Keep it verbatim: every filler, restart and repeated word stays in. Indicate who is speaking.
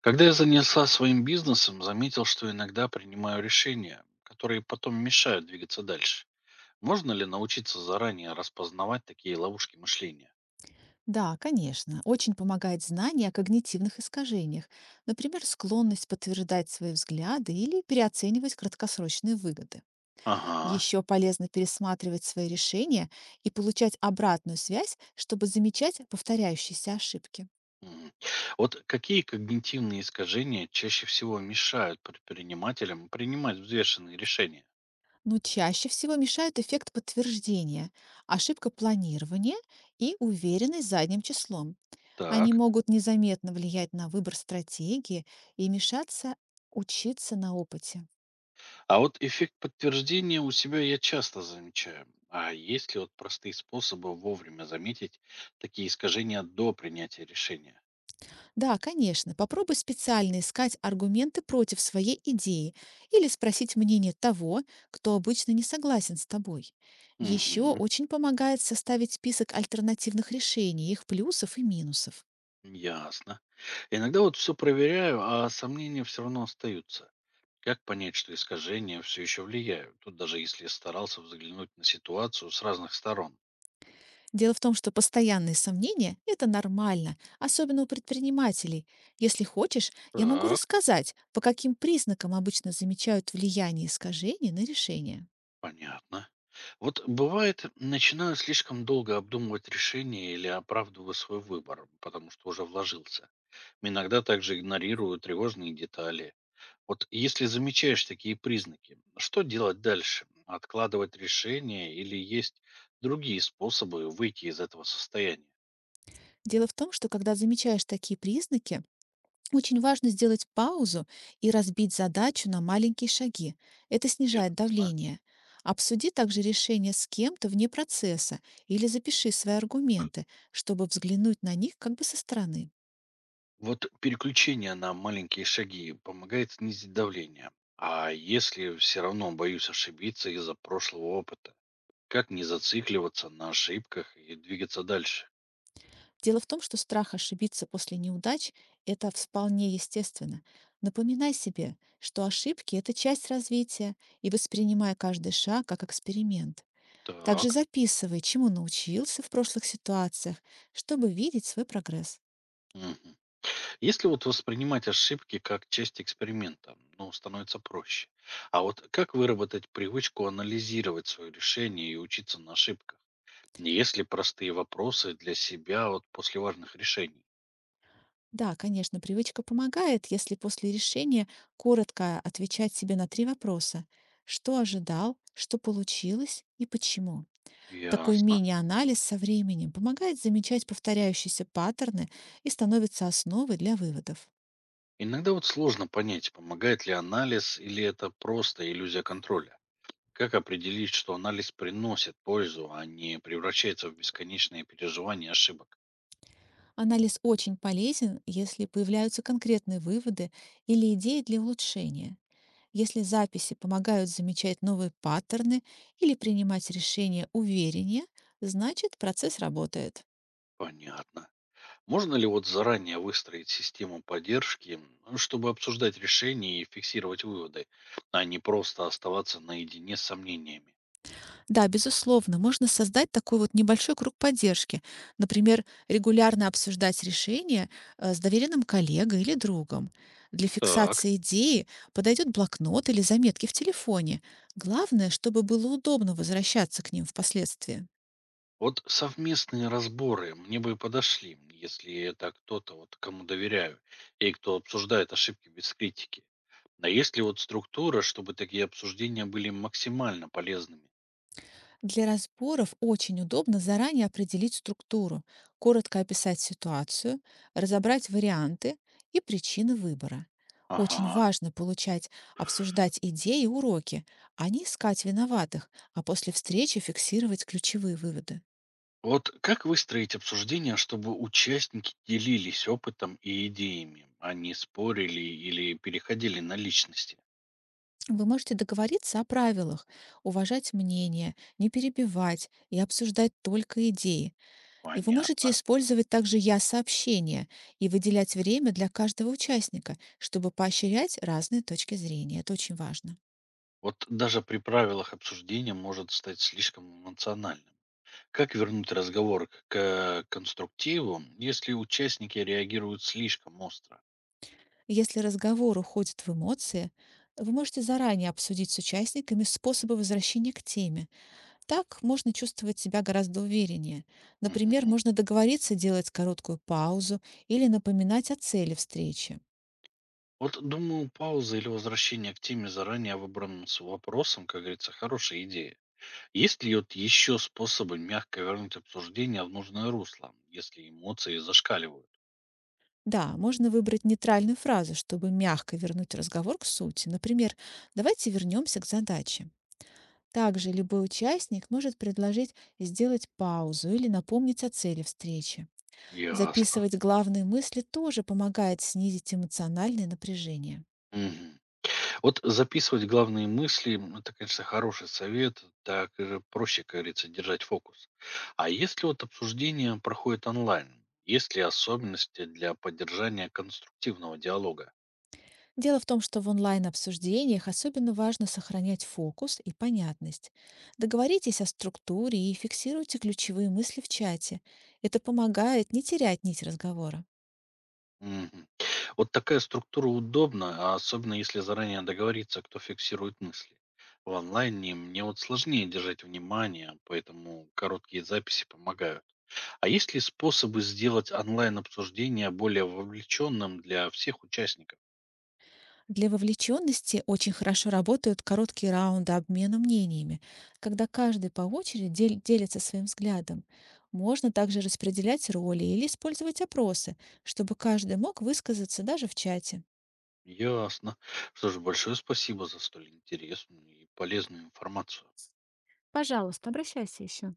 Speaker 1: Когда я занялся своим бизнесом, заметил, что иногда принимаю решения, которые потом мешают двигаться дальше. Можно ли научиться заранее распознавать такие ловушки мышления?
Speaker 2: Да, конечно, очень помогает знание о когнитивных искажениях, например, склонность подтверждать свои взгляды или переоценивать краткосрочные выгоды.
Speaker 1: Ага.
Speaker 2: Еще полезно пересматривать свои решения и получать обратную связь, чтобы замечать повторяющиеся ошибки.
Speaker 1: М. Вот какие когнитивные искажения чаще всего мешают предпринимателям принимать взвешенные решения?
Speaker 2: Но чаще всего мешают эффект подтверждения, ошибка планирования и уверенность задним числом. Они
Speaker 1: Так.
Speaker 2: могут незаметно влиять на выбор стратегии и мешаться учиться на опыте.
Speaker 1: А вот эффект подтверждения у себя я часто замечаю. А есть ли вот простые способы вовремя заметить такие искажения до принятия решения?
Speaker 2: Да, конечно, попробуй специально искать аргументы против своей идеи или спросить мнение того, кто обычно не согласен с тобой. Еще
Speaker 1: Мгм.
Speaker 2: очень помогает составить список альтернативных решений, их плюсов и минусов.
Speaker 1: Ясно. Иногда вот все проверяю, а сомнения все равно остаются. Как понять, что искажения все еще влияют? Тут даже если старался взглянуть на ситуацию с разных сторон.
Speaker 2: Дело в том, что постоянные сомнения – это нормально, особенно у предпринимателей. Если хочешь, я могу
Speaker 1: Так,
Speaker 2: рассказать, по каким признакам обычно замечают влияние искажений на решение.
Speaker 1: понятно. Вот бывает, начинаю слишком долго обдумывать решение или оправдываю свой выбор, потому что уже вложился. Иногда также игнорирую тревожные детали. Вот если замечаешь такие признаки, что делать дальше? Откладывать решение или есть другие способы выйти из этого состояния?
Speaker 2: Дело в том, что когда замечаешь такие признаки, очень важно сделать паузу и разбить задачу на маленькие шаги. Это снижает
Speaker 1: Ясно.
Speaker 2: давление. Обсуди также решение с кем-то вне процесса или запиши свои аргументы, чтобы взглянуть на них как бы со стороны.
Speaker 1: Вот переключение на маленькие шаги помогает снизить давление. А если все равно боюсь ошибиться из-за прошлого опыта, как не зацикливаться на ошибках и двигаться дальше?
Speaker 2: Дело в том, что страх ошибиться после неудач – это вполне естественно. Напоминай себе, что ошибки – это часть развития, и воспринимай каждый шаг как эксперимент. Также
Speaker 1: Так.
Speaker 2: записывай, чему научился в прошлых ситуациях, чтобы видеть свой прогресс.
Speaker 1: Мгм. Если вот воспринимать ошибки как часть эксперимента, ну, становится проще. А вот как выработать привычку анализировать свое решение и учиться на ошибках? Есть ли простые вопросы для себя вот после важных решений?
Speaker 2: Да, конечно, привычка помогает, если после решения коротко отвечать себе на три вопроса. Что ожидал, что получилось и почему. Такой
Speaker 1: Ясно.
Speaker 2: мини-анализ со временем помогает замечать повторяющиеся паттерны и становится основой для выводов.
Speaker 1: Иногда вот сложно понять, помогает ли анализ или это просто иллюзия контроля. Как определить, что анализ приносит пользу, а не превращается в бесконечные переживания ошибок?
Speaker 2: Анализ очень полезен, если появляются конкретные выводы или идеи для улучшения. Если записи помогают замечать новые паттерны или принимать решения увереннее, значит процесс работает.
Speaker 1: Понятно. Можно ли вот заранее выстроить систему поддержки, м, чтобы обсуждать решения и фиксировать выводы, а не просто оставаться наедине с сомнениями?
Speaker 2: Да, безусловно, можно создать такой вот небольшой круг поддержки. Например, регулярно обсуждать решения э, с доверенным коллегой или другом. Для
Speaker 1: Так.
Speaker 2: фиксации идеи подойдет блокнот или заметки в телефоне. Главное, чтобы было удобно возвращаться к ним впоследствии.
Speaker 1: Вот совместные разборы мне бы подошли, если это кто-то, вот кому доверяю, и кто обсуждает ошибки без критики. А есть ли вот структура, чтобы такие обсуждения были максимально полезными?
Speaker 2: Для разборов очень удобно заранее определить структуру, коротко описать ситуацию, разобрать варианты и причины выбора. Очень
Speaker 1: Ага.
Speaker 2: важно получать, обсуждать идеи и уроки, а не искать виноватых, а после встречи фиксировать ключевые выводы.
Speaker 1: Вот как выстроить обсуждение, чтобы участники делились опытом и идеями, а не спорили или переходили на личности?
Speaker 2: Вы можете договориться о правилах, уважать мнение, не перебивать и обсуждать только идеи. И вы можете
Speaker 1: Понятно.
Speaker 2: использовать также «я-сообщения» и выделять время для каждого участника, чтобы поощрять разные точки зрения. Это очень важно.
Speaker 1: Вот даже при правилах обсуждения может стать слишком эмоциональным. Как вернуть разговор к к конструктиву, если участники реагируют слишком остро?
Speaker 2: Если разговор уходит в эмоции, вы можете заранее обсудить с участниками способы возвращения к теме. Так можно чувствовать себя гораздо увереннее. Например,
Speaker 1: Мгм.
Speaker 2: можно договориться делать короткую паузу или напоминать о цели встречи.
Speaker 1: Вот думаю, пауза или возвращение к теме заранее выбранным с вопросом, как говорится, хорошая идея. Есть ли вот еще способы мягко вернуть обсуждение в нужное русло, если эмоции зашкаливают?
Speaker 2: Да, можно выбрать нейтральную фразу, чтобы мягко вернуть разговор к сути. Например, давайте вернемся к задаче. Также любой участник может предложить сделать паузу или напомнить о цели встречи.
Speaker 1: Ясно.
Speaker 2: Записывать главные мысли тоже помогает снизить эмоциональное напряжение.
Speaker 1: Мгм. Вот записывать главные мысли, м, это, конечно, хороший совет, так э, проще, как говорится, держать фокус. А если вот обсуждение проходит онлайн, есть ли особенности для поддержания конструктивного диалога?
Speaker 2: Дело в том, что в онлайн-обсуждениях особенно важно сохранять фокус и понятность. Договоритесь о структуре и фиксируйте ключевые мысли в чате. Это помогает не терять нить разговора.
Speaker 1: Мгм. Вот такая структура удобна, а особенно если заранее договориться, кто фиксирует мысли. В онлайне мне вот сложнее держать внимание, поэтому короткие записи помогают. А есть ли способы сделать онлайн-обсуждение более вовлеченным для всех участников?
Speaker 2: Для вовлеченности очень хорошо работают короткие раунды обмена мнениями, когда каждый по очереди дель- делится своим взглядом. Можно также распределять роли или использовать опросы, чтобы каждый мог высказаться даже в чате.
Speaker 1: Ясно. Что ж, большое спасибо за столь интересную и полезную информацию.
Speaker 2: Пожалуйста, обращайся еще.